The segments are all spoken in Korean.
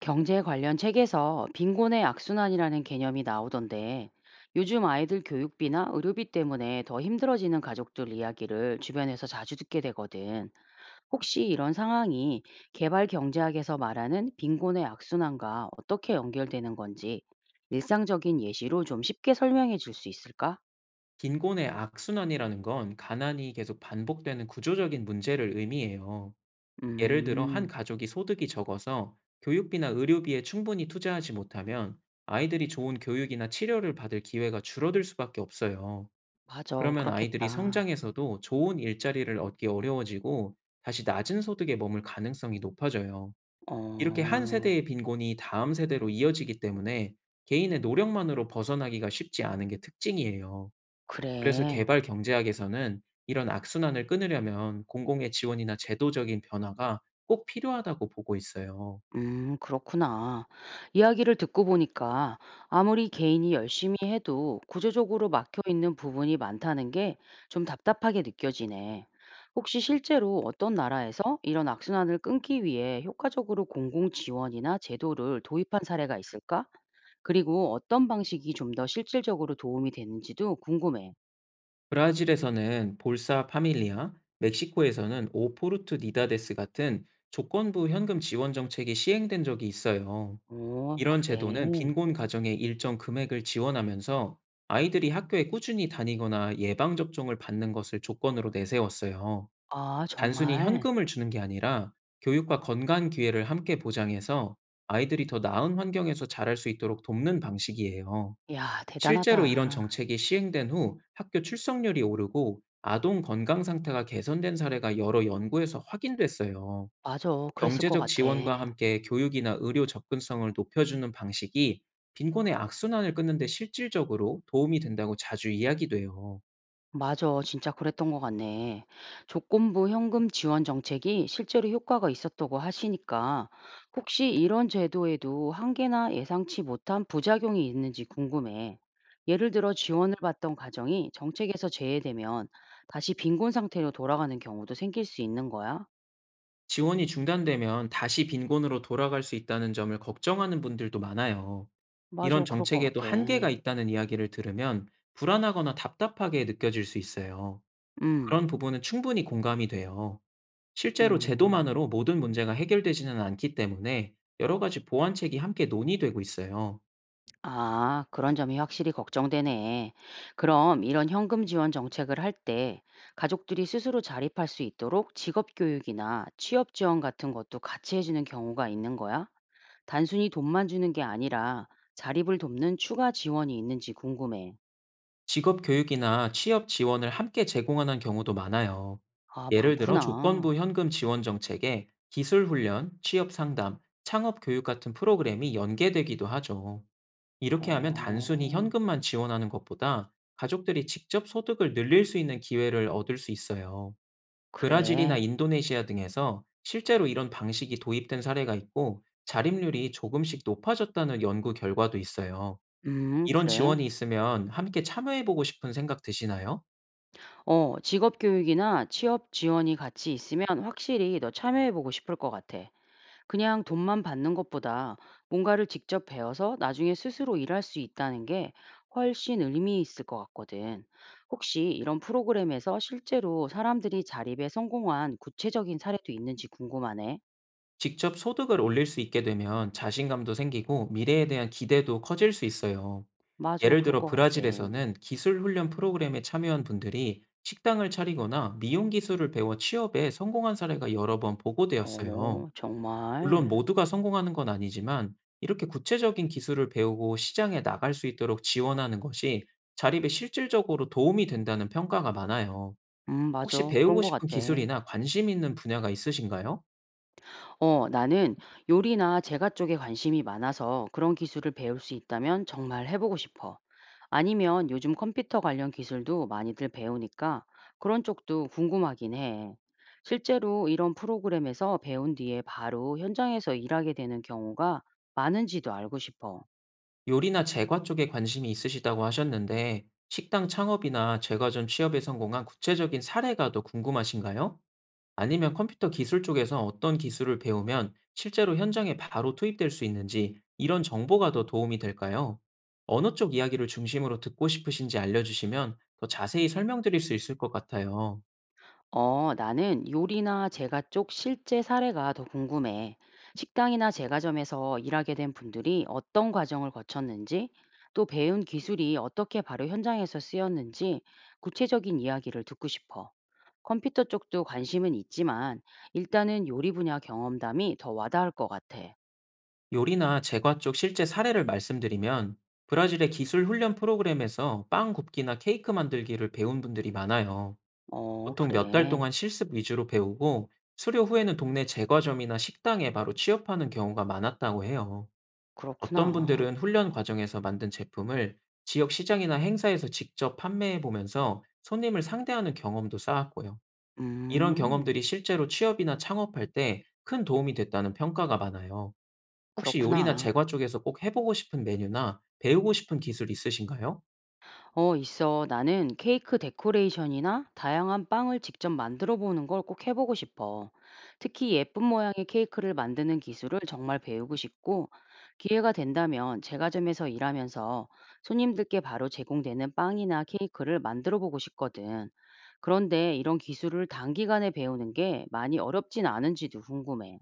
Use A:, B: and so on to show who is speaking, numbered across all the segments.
A: 경제 관련 책에서 빈곤의 악순환이라는 개념이 나오던데 요즘 아이들 교육비나 의료비 때문에 더 힘들어지는 가족들 이야기를 주변에서 자주 듣게 되거든. 혹시 이런 상황이 개발 경제학에서 말하는 빈곤의 악순환과 어떻게 연결되는 건지 일상적인 예시로 좀 쉽게 설명해 줄 수 있을까?
B: 빈곤의 악순환이라는 건 가난이 계속 반복되는 구조적인 문제를 의미해요. 예를 들어 한
A: 음,
B: 가족이 소득이 적어서 교육비나 의료비에 충분히 투자하지 못하면 아이들이 좋은 교육이나 치료를 받을 기회가 줄어들 수밖에 없어요.
A: 맞아.
B: 그러면 아이들이
A: 그렇겠다.
B: 성장에서도 좋은 일자리를 얻기 어려워지고, 다시 낮은 소득에 머물 가능성이 높아져요. 이렇게 한
A: 어,
B: 세대의 빈곤이 다음 세대로 이어지기 때문에, 개인의 노력만으로 벗어나기가 쉽지 않은 게 특징이에요. 그래서
A: 그래.
B: 개발 경제학에서는 이런 악순환을 끊으려면 공공의 지원이나 제도적인 변화가 꼭 필요하다고 보고 있어요.
A: 그렇구나. 이야기를 듣고 보니까 아무리 개인이 열심히 해도 구조적으로 막혀 있는 부분이 많다는 게 좀 답답하게 느껴지네. 혹시 실제로 어떤 나라에서 이런 악순환을 끊기 위해 효과적으로 공공 지원이나 제도를 도입한 사례가 있을까? 그리고 어떤 방식이 좀 더 실질적으로 도움이 되는지도 궁금해.
B: 브라질에서는 볼사 파밀리아, 멕시코에서는 오포르투 니다데스 같은 조건부 현금 지원 정책이 시행된 적이 있어요.
A: 오,
B: 이런
A: 그래.
B: 제도는 빈곤 가정에 일정 금액을 지원하면서, 아이들이 학교에 꾸준히 다니거나 예방접종을 받는 것을 조건으로 내세웠어요.
A: 아,
B: 단순히
A: 정말.
B: 현금을 주는 게 아니라, 교육과 건강 기회를 함께 보장해서 아이들이 더 나은 환경에서 자랄 수 있도록 돕는 방식이에요.
A: 야,
B: 실제로 이런
A: 대단하다.
B: 정책이 시행된 후 학교 출석률이 오르고 아동 건강 상태가 개선된 사례가 여러 연구에서 확인됐어요.
A: 맞아. 그랬을 것
B: 경제적
A: 같아.
B: 지원과 함께 교육이나 의료 접근성을 높여주는 방식이 빈곤의 악순환을 끊는 데 실질적으로 도움이 된다고 자주 이야기돼요.
A: 맞아. 진짜 그랬던 것 같네. 조건부 현금 지원 정책이 실제로 효과가 있었다고 하시니까 혹시 이런 제도에도 한계나 예상치 못한 부작용이 있는지 궁금해. 예를 들어 지원을 받던 가정이 정책에서 제외되면 다시 빈곤 상태로 돌아가는 경우도 생길 수 있는 거야?
B: 지원이 중단되면 다시 빈곤으로 돌아갈 수 있다는 점을 걱정하는 분들도 많아요.
A: 맞아.
B: 이런
A: 그럴 것
B: 정책에도
A: 같아.
B: 한계가 있다는 이야기를 들으면 불안하거나 답답하게 느껴질 수 있어요.
A: 음.
B: 그런 부분은 충분히 공감이 돼요. 실제로
A: 음.
B: 제도만으로 모든 문제가 해결되지는 않기 때문에, 여러 가지 보완책이 함께 논의되고 있어요.
A: 아, 그런 점이 확실히 걱정되네. 그럼 이런 현금 지원 정책을 할 때 가족들이 스스로 자립할 수 있도록 직업 교육이나 취업 지원 같은 것도 같이 해주는 경우가 있는 거야? 단순히 돈만 주는 게 아니라 자립을 돕는 추가 지원이 있는지 궁금해.
B: 직업 교육이나 취업 지원을 함께 제공하는 경우도 많아요.
A: 아,
B: 예를 들어
A: 많구나.
B: 조건부 현금 지원 정책에 기술 훈련, 취업 상담, 창업 교육 같은 프로그램이 연계되기도 하죠. 이렇게 하면 단순히
A: 어,
B: 현금만 지원하는 것보다 가족들이 직접 소득을 늘릴 수 있는 기회를 얻을 수 있어요. 브라질이나
A: 그래.
B: 인도네시아 등에서 실제로 이런 방식이 도입된 사례가 있고, 자립률이 조금씩 높아졌다는 연구 결과도 있어요. 이런
A: 그래.
B: 지원이 있으면 함께 참여해 보고 싶은 생각 드시나요?
A: 어, 직업 교육이나 취업 지원이 같이 있으면 확실히 너 참여해보고 싶을 것 같아. 그냥 돈만 받는 것보다 뭔가를 직접 배워서 나중에 스스로 일할 수 있다는 게 훨씬 의미 있을 것 같거든. 혹시 이런 프로그램에서 실제로 사람들이 자립에 성공한 구체적인 사례도 있는지 궁금하네.
B: 직접 소득을 올릴 수 있게 되면 자신감도 생기고 미래에 대한 기대도 커질 수 있어요.
A: 맞아,
B: 예를
A: 그럴
B: 들어
A: 것 같아.
B: 브라질에서는 기술 훈련 프로그램에 참여한 분들이 식당을 차리거나 미용 기술을 배워 취업에 성공한 사례가 여러 번 보고되었어요.
A: 어,
B: 물론
A: 정말.
B: 모두가 성공하는 건 아니지만, 이렇게 구체적인 기술을 배우고 시장에 나갈 수 있도록 지원하는 것이 자립에 실질적으로 도움이 된다는 평가가 많아요. 혹시
A: 맞아. 그런
B: 배우고
A: 것
B: 싶은
A: 같아.
B: 기술이나 관심 있는 분야가 있으신가요?
A: 어, 나는 요리나 제과 쪽에 관심이 많아서 그런 기술을 배울 수 있다면 정말 해보고 싶어. 아니면 요즘 컴퓨터 관련 기술도 많이들 배우니까 그런 쪽도 궁금하긴 해. 실제로 이런 프로그램에서 배운 뒤에 바로 현장에서 일하게 되는 경우가 많은지도 알고 싶어.
B: 요리나 제과 쪽에 관심이 있으시다고 하셨는데, 식당 창업이나 제과 전 취업에 성공한 구체적인 사례가 더 궁금하신가요? 아니면 컴퓨터 기술 쪽에서 어떤 기술을 배우면 실제로 현장에 바로 투입될 수 있는지, 이런 정보가 더 도움이 될까요? 어느 쪽 이야기를 중심으로 듣고 싶으신지 알려주시면 더 자세히 설명드릴 수 있을 것 같아요.
A: 어, 나는 요리나 제과 쪽 실제 사례가 더 궁금해. 식당이나 제과점에서 일하게 된 분들이 어떤 과정을 거쳤는지, 또 배운 기술이 어떻게 바로 현장에서 쓰였는지 구체적인 이야기를 듣고 싶어. 컴퓨터 쪽도 관심은 있지만, 일단은 요리 분야 경험담이 더 와닿을 것 같아.
B: 요리나 제과 쪽 실제 사례를 말씀드리면, 브라질의 기술 훈련 프로그램에서 빵 굽기나 케이크 만들기를 배운 분들이 많아요.
A: 어,
B: 보통 몇 달
A: 그래.
B: 동안 실습 위주로 배우고, 수료 후에는 동네 제과점이나 식당에 바로 취업하는 경우가 많았다고 해요. 어떤
A: 그렇구나.
B: 분들은 훈련 과정에서 만든 제품을 지역 시장이나 행사에서 직접 판매해 보면서 손님을 상대하는 경험도 쌓았고요. 이런
A: 음,
B: 경험들이 실제로 취업이나 창업할 때 큰 도움이 됐다는 평가가 많아요. 혹시 요리나
A: 그렇구나.
B: 제과 쪽에서 꼭 해 보고 싶은 메뉴나 배우고 싶은 기술 있으신가요?
A: 어, 있어. 나는 케이크 데코레이션이나 다양한 빵을 직접 만들어 보는 걸 꼭 해보고 싶어. 특히 예쁜 모양의 케이크를 만드는 기술을 정말 배우고 싶고, 기회가 된다면 제과점에서 일하면서 손님들께 바로 제공되는 빵이나 케이크를 만들어 보고 싶거든. 그런데 이런 기술을 단기간에 배우는 게 많이 어렵진 않은지도 궁금해.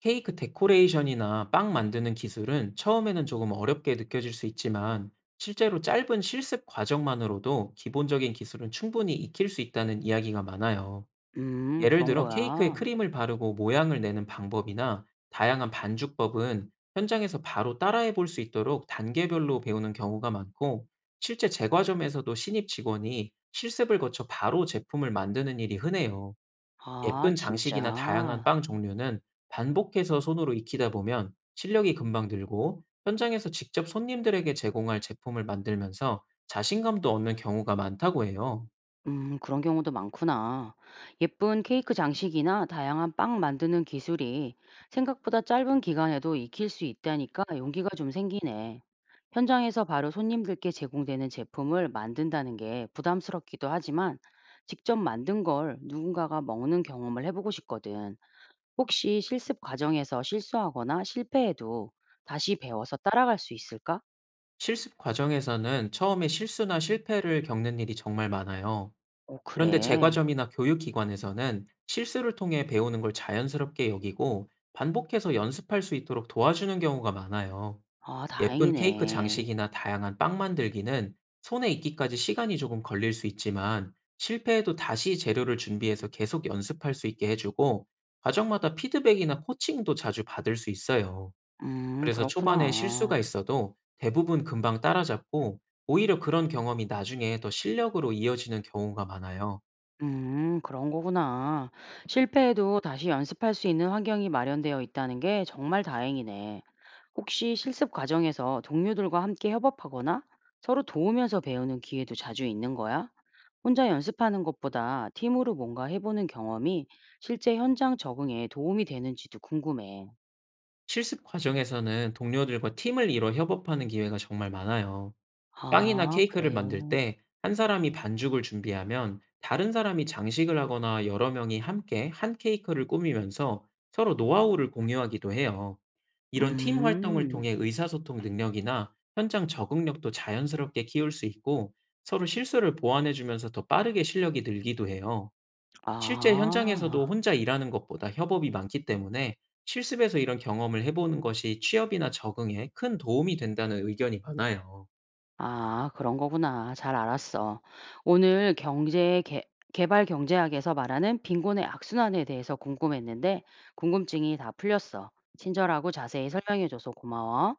B: 케이크 데코레이션이나 빵 만드는 기술은 처음에는 조금 어렵게 느껴질 수 있지만, 실제로 짧은 실습 과정만으로도 기본적인 기술은 충분히 익힐 수 있다는 이야기가 많아요. 예를
A: 그런
B: 들어 케이크에
A: 거야.
B: 크림을 바르고 모양을 내는 방법이나 다양한 반죽법은 현장에서 바로 따라해 볼 수 있도록 단계별로 배우는 경우가 많고, 실제 제과점에서도 신입 직원이 실습을 거쳐 바로 제품을 만드는 일이 흔해요.
A: 아,
B: 예쁜 장식이나 다양한
A: 진짜.
B: 빵 종류는 반복해서 손으로 익히다 보면 실력이 금방 늘고, 현장에서 직접 손님들에게 제공할 제품을 만들면서 자신감도 얻는 경우가 많다고 해요.
A: 그런 경우도 많구나. 예쁜 케이크 장식이나 다양한 빵 만드는 기술이 생각보다 짧은 기간에도 익힐 수 있다니까 용기가 좀 생기네. 현장에서 바로 손님들께 제공되는 제품을 만든다는 게 부담스럽기도 하지만 직접 만든 걸 누군가가 먹는 경험을 해보고 싶거든. 혹시 실습 과정에서 실수하거나 실패해도 다시 배워서 따라갈 수 있을까?
B: 실습 과정에서는 처음에 실수나 실패를 겪는 일이 정말 많아요.
A: 오,
B: 그런데
A: 그래.
B: 제과점이나 교육기관에서는 실수를 통해 배우는 걸 자연스럽게 여기고, 반복해서 연습할 수 있도록 도와주는 경우가 많아요.
A: 아,
B: 예쁜 케이크
A: 다행이네.
B: 장식이나 다양한 빵 만들기는 손에 익기까지 시간이 조금 걸릴 수 있지만, 실패해도 다시 재료를 준비해서 계속 연습할 수 있게 해주고, 과정마다 피드백이나 코칭도 자주 받을 수 있어요. 그래서 초반에 실수가
A: 그렇구나.
B: 있어도 대부분 금방 따라잡고, 오히려 그런 경험이 나중에 더 실력으로 이어지는 경우가 많아요.
A: 그런 거구나. 실패해도 다시 연습할 수 있는 환경이 마련되어 있다는 게 정말 다행이네. 혹시 실습 과정에서 동료들과 함께 협업하거나 서로 도우면서 배우는 기회도 자주 있는 거야? 혼자 연습하는 것보다 팀으로 뭔가 해보는 경험이 실제 현장 적응에 도움이 되는지도 궁금해.
B: 실습 과정에서는 동료들과 팀을 이뤄 협업하는 기회가 정말 많아요. 빵이나
A: 아,
B: 케이크를
A: 그래.
B: 만들 때 한 사람이 반죽을 준비하면 다른 사람이 장식을 하거나, 여러 명이 함께 한 케이크를 꾸미면서 서로 노하우를 공유하기도 해요. 이런 팀 활동을 통해
A: 음,
B: 의사소통 능력이나 현장 적응력도 자연스럽게 키울 수 있고, 서로 실수를 보완해 주면서 더 빠르게 실력이 늘기도 해요. 실제 현장에서도
A: 아.
B: 혼자 일하는 것보다 협업이 많기 때문에, 실습에서 이런 경험을 해보는 것이 취업이나 적응에 큰 도움이 된다는 의견이 많아요.
A: 아, 그런 거구나. 잘 알았어. 오늘 개발 경제학에서 말하는 빈곤의 악순환에 대해서 궁금했는데 궁금증이 다 풀렸어. 친절하고 자세히 설명해줘서 고마워.